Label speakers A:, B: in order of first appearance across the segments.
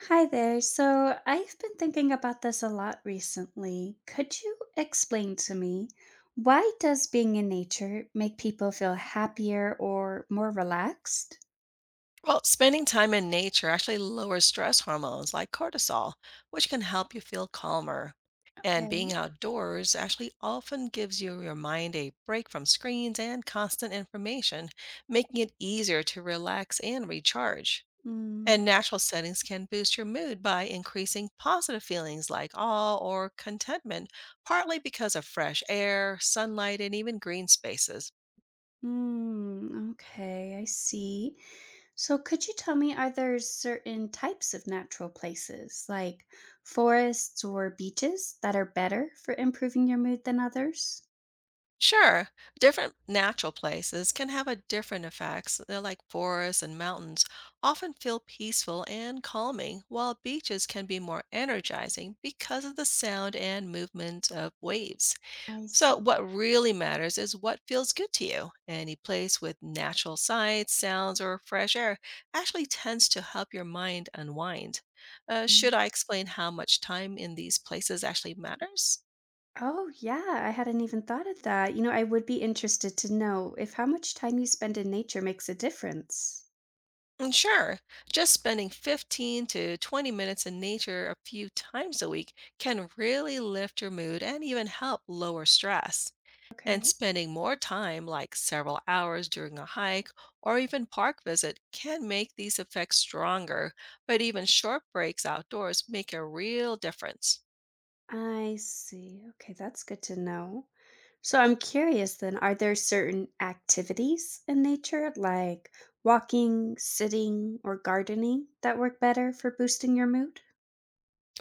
A: Hi there. So I've been thinking about this a lot recently. Could you explain to me why does being in nature make people feel happier or more relaxed?
B: Well, spending time in nature actually lowers stress hormones like cortisol, which can help you feel calmer. And being
A: Okay.
B: outdoors actually often gives you your mind a break from screens and constant information, making it easier to relax and recharge.
A: Mm,
B: And natural settings can boost your mood by increasing positive feelings like awe or contentment, partly because of fresh air, sunlight, and even green spaces.
A: mm, okay, I see. So could you tell me, are there certain types of natural places like forests or beaches that are better for improving your mood than others?
B: Sure. Different natural places can have a different effects. They're like forests and mountains often feel peaceful and calming, while beaches can be more energizing because of the sound and movement of waves.
A: I
B: So
A: see.
B: what really matters is what feels good to you. Any place with natural sights, sounds, or fresh air actually tends to help your mind unwind. Should I explain how much time in these places actually matters?
A: Oh, yeah, I hadn't even thought of that. I would be interested to know if how much time you spend in nature makes a difference.
B: Sure. Just spending 15 to 20 minutes in nature a few times a week can really lift your mood and even help lower stress. And
A: Okay.
B: spending more time, like several hours during a hike or even park visit, can make these effects stronger. But even short breaks outdoors make a real difference.
A: I see. Okay, that's good to know. So I'm curious then, are there certain activities in nature like walking, sitting, or gardening that work better for boosting your mood?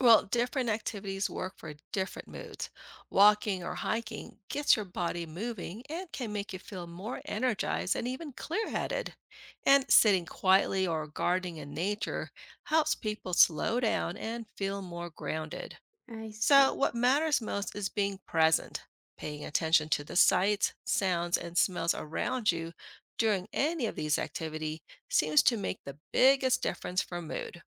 B: Well, different activities work for different moods. Walking or hiking gets your body moving and can make you feel more energized and even clear headed. And sitting quietly or gardening in nature helps people slow down and feel more grounded.
A: I
B: So,
A: see.
B: what matters most is being present, paying attention to the sights, sounds, and smells around you during any of these activity seems to make the biggest difference for mood.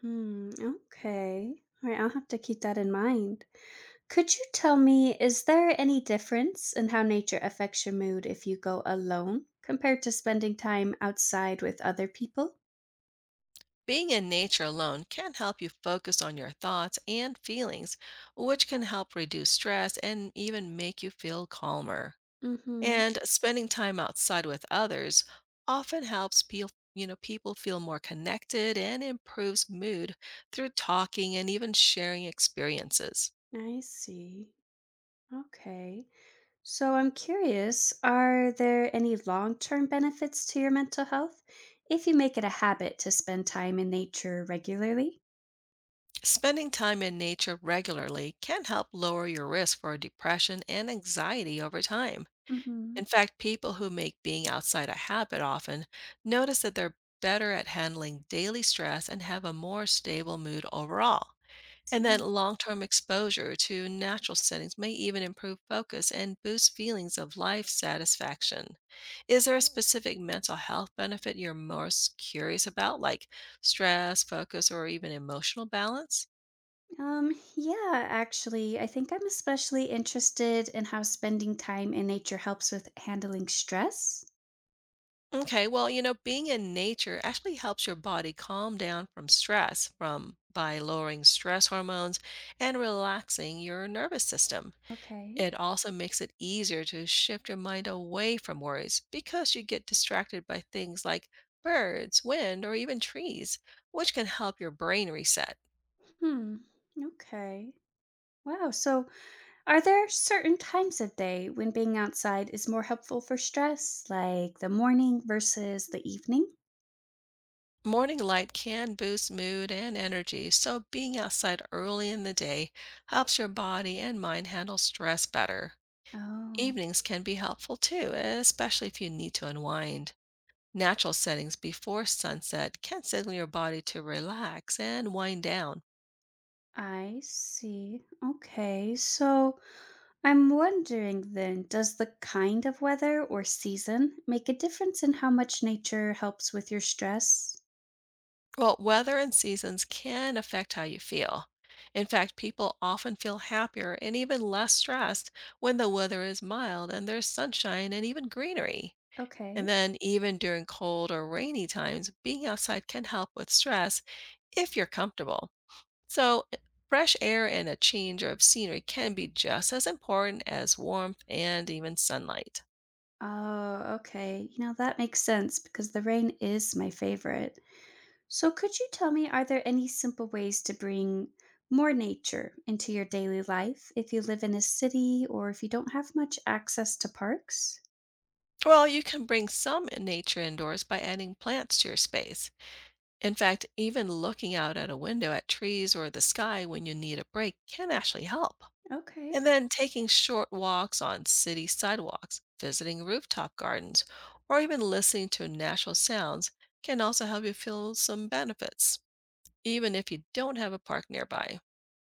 A: Hmm, okay. All right, I'll have to keep that in mind. Could you tell me, is there any difference in how nature affects your mood if you go alone compared to spending time outside with other people?
B: Being in nature alone can help you focus on your thoughts and feelings, which can help reduce stress and even make you feel calmer.
A: Mm-hmm.
B: And spending time outside with others often helps people feel more connected and improves mood through talking and even sharing experiences.
A: I see. Okay. So I'm curious, are there any long-term benefits to your mental health if you make it a habit to spend time in nature regularly?
B: Spending time in nature regularly can help lower your risk for depression and anxiety over time.
A: Mm-hmm.
B: In fact, people who make being outside a habit often notice that they're better at handling daily stress and have a more stable mood overall. And that
A: See.
B: long term exposure to natural settings may even improve focus and boost feelings of life satisfaction. Is there a specific mental health benefit you're most curious about, like stress, focus, or even emotional balance?
A: Yeah, actually, I think I'm especially interested in how spending time in nature helps with handling stress.
B: Okay, well, being in nature actually helps your body calm down from stress from by lowering stress hormones and relaxing your nervous system.
A: Okay.
B: It also makes it easier to shift your mind away from worries because you get distracted by things like birds, wind, or even trees, which can help your brain reset.
A: Hmm. Okay. Wow. So, are there certain times of day when being outside is more helpful for stress, like the morning versus the evening?
B: Morning light can boost mood and energy, so being outside early in the day helps your body and mind handle stress better.
A: Oh,
B: Evenings can be helpful too, especially if you need to unwind. Natural settings before sunset can signal your body to relax and wind down.
A: I see. Okay. So, I'm wondering then, does the kind of weather or season make a difference in how much nature helps with your stress?
B: Well, weather and seasons can affect how you feel. In fact, people often feel happier and even less stressed when the weather is mild and there's sunshine and even greenery. And
A: Okay.
B: then, even during cold or rainy times, being outside can help with stress if you're comfortable. So, fresh air and a change of scenery can be just as important as warmth and even sunlight.
A: Oh, okay. That makes sense because the rain is my favorite. So, could you tell me, are there any simple ways to bring more nature into your daily life if you live in a city or if you don't have much access to parks?
B: Well, you can bring some nature indoors by adding plants to your space. In fact, even looking out at a window at trees or the sky when you need a break can actually help.
A: Okay.
B: And then taking short walks on city sidewalks, visiting rooftop gardens, or even listening to natural sounds can also help you feel some benefits, even if you don't have a park nearby.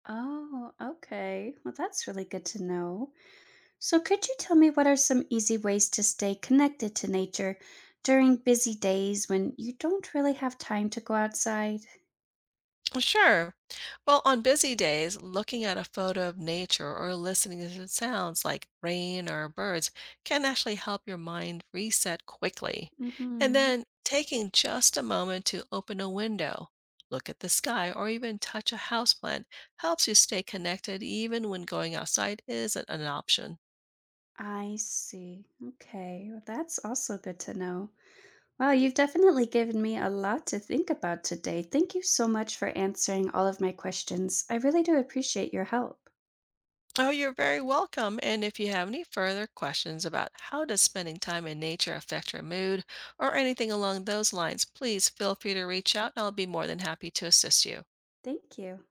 A: Oh, okay. Well, that's really good to know. So, could you tell me what are some easy ways to stay connected to nature during busy days when you don't really have time to go outside?
B: Well, Sure. Well, on busy days, looking at a photo of nature or listening to sounds like rain or birds can actually help your mind reset quickly. And
A: Mm-hmm.
B: then taking just a moment to open a window, look at the sky, or even touch a houseplant helps you stay connected even when going outside isn't an option.
A: I see. Okay. Well, that's also good to know. Wow, you've definitely given me a lot to think about today. Thank you so much for answering all of my questions. I really do appreciate your help.
B: Oh, you're very welcome. And if you have any further questions about how does spending time in nature affect your mood or anything along those lines, please feel free to reach out and I'll be more than happy to assist you.
A: Thank you.